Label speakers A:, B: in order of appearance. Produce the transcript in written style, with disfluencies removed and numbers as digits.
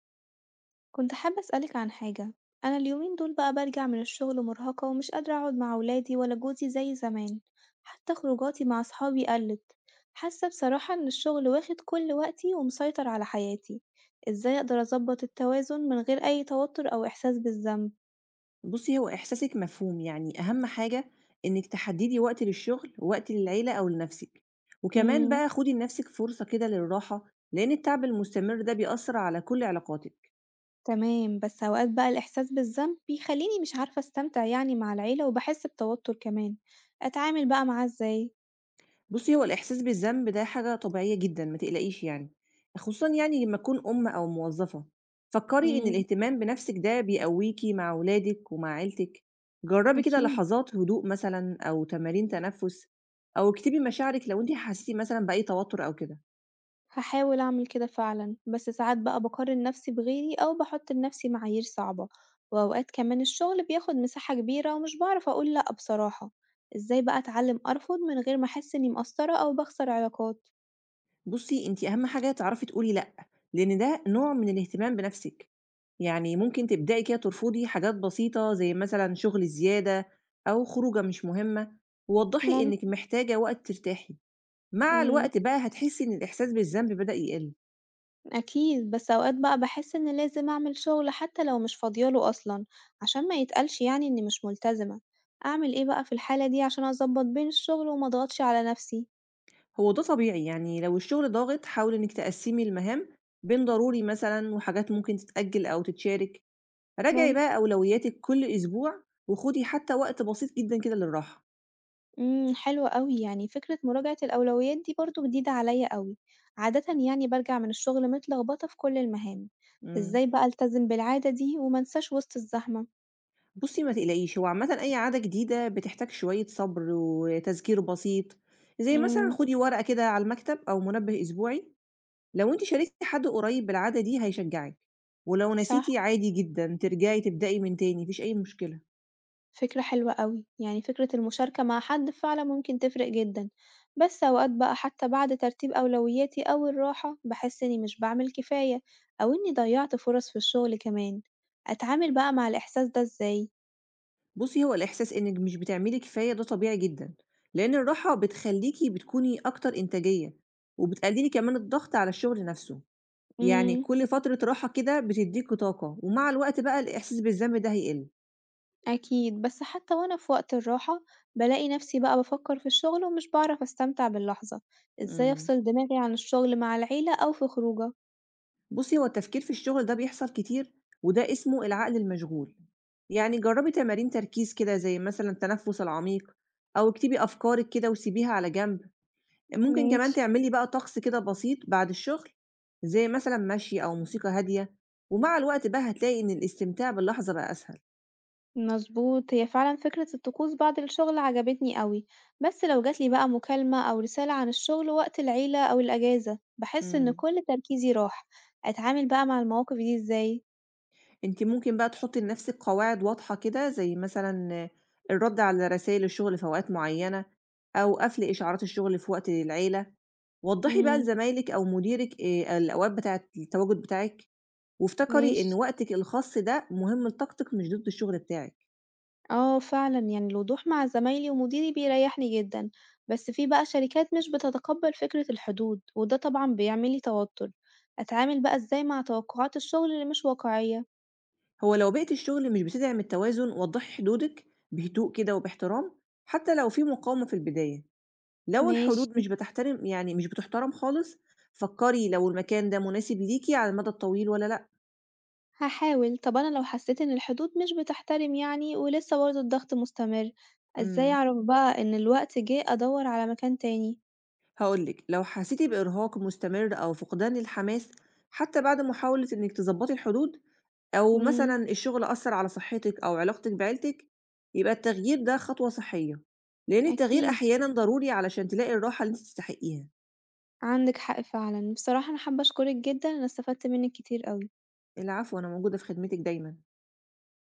A: كنت حابة أسألك عن حاجة، أنا اليومين دول بقى برجع من الشغل مرهقة ومش قادرة أقعد مع ولادي ولا جوزي زي زمان، حتى خروجاتي مع صحابي قلت، حاسة بصراحة إن الشغل واخد كل وقتي ومسيطر على حياتي، إزاي أقدر أظبط التوازن من غير أي توتر أو إحساس بالذنب؟
B: بُصّي، هو إحساسِك مفهوم، يعني أهم حاجة إنِّك تحدّدي وقت للشغل، ووقت للعيلة أو لنَفْسِك، وكمان
A: مم.
B: بقى خُدي لنَفْسِك فرصة كده للراحة، لإن التعب المستمر ده بيأثّر على كل علاقاتِك.
A: تمام بس أوقات بقى الإحساس بالذنب بيخليني مش عارفة أستمتع يعني مع العيلة وبحس بتوتر كمان، أتعامل بقى معاه إزاي؟
B: بُصّي، هو الإحساس بالذنب ده حاجة طبيعية جدًا، ما تقلقيش يعني، خصوصًا يعني لمّا تكون أُم أو موظّفة. فكّري إن
A: مم.
B: الاهتمام بنَفْسِك ده بيقويكِ مع ولادِك ومع عيلتِك. جرّبي كده
A: أكيد.
B: لحظات هدوء مثلًا أو تمارين تنفُّس أو اكتبي مشاعرِك لو أنتِ حسيتِ مثلًا بأي توتُّر أو كده.
A: هاحاول أعمل كده فعلًا، بس ساعات بقى باقارن نفسي بغيري أو باحط لنفسي معايير صعبة، وأوقات كمان الشغل بياخد مساحة كبيرة ومش باعرف أقول لأ بصراحة، إزاي بقى أتعلم أرفض من غير ما أحس إني مقصرة أو باخسر علاقات؟
B: بُصّي، أنتِ أهم حاجة تعرفي تقولي لأ، لإن ده نوع من الاهتمام بنفسِك، يعني ممكن تبدئي كده ترفضي حاجات بسيطة زي مثلًا شغل زيادة أو خروجة مش مهمة، ووضّحي
A: ممكن.
B: إنِّك محتاجة وقت ترتاحي، مع
A: إمم،
B: الوقت بقى هتحسي إن الإحساس بالذنب بدأ يقل،
A: أكيد، بس أوقات بقى باحس إني لازم أعمل شغل حتى لو مش فاضية له أصلًا، عشان ما يتقالش يعني إني مش ملتزمة، أعمل إيه بقى في الحالة دي عشان أضبط بين الشغل وما أضغطش على نفسي؟
B: هو ده طبيعي يعني لو الشغل ضاغط حاولي إنِّك تقسّمي المهام بين ضروري مثلًا وحاجات ممكن تتأجل أو تتشارك، راجعي
A: ممكن.
B: بقى أولوياتِك كل أسبوع وخُدي حتى وقت بسيط جدًا كده للراحة.
A: حلو أوي يعني فكرة مراجعة الأولويات دي برضو جديدة عليا أوي، عادة يعني برجع من الشغل متلخبطة في كل المهام،
B: إمم.
A: ازاي بقى ألتزم بالعادة دي ومنساش وسط الزحمة؟
B: بُصّي ما تقلقيش، هو عامةً أي عادة جديدة بتحتاج شوية صبر وتذكير بسيط، زي مثلًا
A: امم.
B: خدي ورقة كده على المكتب أو منبه أسبوعي، لو أنتِ شاركتِ حد قريب بالعادة دي هيشجعِك، ولو نسيتِ
A: صح،
B: عادي جدًا ترجعي تبدئي من تاني، ما فيش أي مشكلة.
A: فكرة حلوة أوي يعني فكرة المشاركة مع حد فعلا ممكن تفرق جدا، بس أوقات بقى حتى بعد ترتيب أولوياتي أو الراحة بحس إني مش بعمل كفاية أو إني ضيعت فرص في الشغل كمان، أتعامل بقى مع الإحساس ده ازاي؟
B: بُصّي هو الإحساس إنِّك مش بتعملي كفاية ده طبيعي جدًا، لإن الراحة بتخليكِ بتكوني أكتر إنتاجية، وبتقللي كمان الضغط على الشغل نفسه، يعني
A: امم.
B: كل فترة راحة كده بتديكِ طاقة، ومع الوقت بقى الإحساس بالذنب ده هيقل.
A: أكيد، بس حتى وأنا في وقت الراحة بالاقي نفسي بقى بافكر في الشغل ومش باعرف أستمتع باللحظة، إزاي
B: إمم.
A: أفصل دماغي عن الشغل مع العيلة أو في خروجة؟
B: بُصّي، هو التفكير في الشغل ده بيحصل كتير، وده اسمه العقل المشغول. يعني جرّبي تمارين تركيز كده زي مثلًا التنفُّس العميق أو اكتبي أفكارِك كده وسيبيها على جنب. ممكن كمان
A: ماشي.
B: تعملي بقى طقس كده بسيط بعد الشغل، زي مثلًا مشي أو موسيقى هادية، ومع الوقت بقى هتلاقي إن الاستمتاع باللحظة بقى أسهل.
A: مظبوط، هي فعلا فكرة الطقوس بعد الشغل عجبتني أوي، بس لو جاتلي بقى مكالمة أو رسالة عن الشغل وقت العيلة أو الأجازة بحس إن
B: إمم.
A: كل تركيزي راح، أتعامل بقى مع المواقف دي إزاي؟
B: أنتِ ممكن بقى تحُطّي لنَفْسِك قواعد واضحة كده، زي مثلًا الرَد على رسايل الشُغل في أوقات معيّنة، أو قَفْل إشعارات الشُغل في وقت العيلة. وضّحي بقى
A: امم.
B: لزمايلِك أو مديرِك الأوقات بتاعة التواجد بتاعِك، وافتكري
A: ماشي.
B: إن وقتِك الخاص ده مهم لطاقتِك مش ضد الشُغل بتاعِك.
A: آه فعلًا، يعني الوضوح مع زمايلي ومديري بيريحني جدًا، بس في بقى شركات مش بتتقبل فكرة الحدود وده طبعًا بيعمل لي توتر، أتعامل بقى إزاي مع توقعات الشغل اللي مش واقعية؟
B: هو لو بيئة الشُغل مش بتدعم التوازن، وضّحي حدودِك بهدوء كده وباحترام، حتى لو في مقاومة في البداية. لو
A: ماشي،
B: الحدود مش بتحترم يعني مش بتحترم خالص، فكّري لو المكان ده مناسب ليكِ على المدى الطويل والّا لأ.
A: هاحاول. طب أنا لو حسيت إن الحدود مش بتحترم يعني ولسه برضه الضغط مستمر، إزاي
B: إمم،
A: أعرف بقى إن الوقت جه أدور على مكان تاني؟
B: هاقول لِك، لو حسيتِ بإرهاق مستمر أو فقدان للحماس حتى بعد محاولة إنِّك تضبّطي الحدود، أو
A: إمم،
B: مثلًا الشغل أثّر على صحتِك أو علاقتِك بعيلتِك، يبقى التغيير ده خطوة صحية، لإن التغيير
A: أكيد،
B: أحيانًا ضروري علشان تلاقي الراحة اللي أنتِ تستحقيها.
A: عندك حق فعلًا. بصراحة أنا حابة أشكرك جدًا، أنا استفدت منك كتير أوي.
B: العفو، أنا موجودة في خدمتِك دايمًا.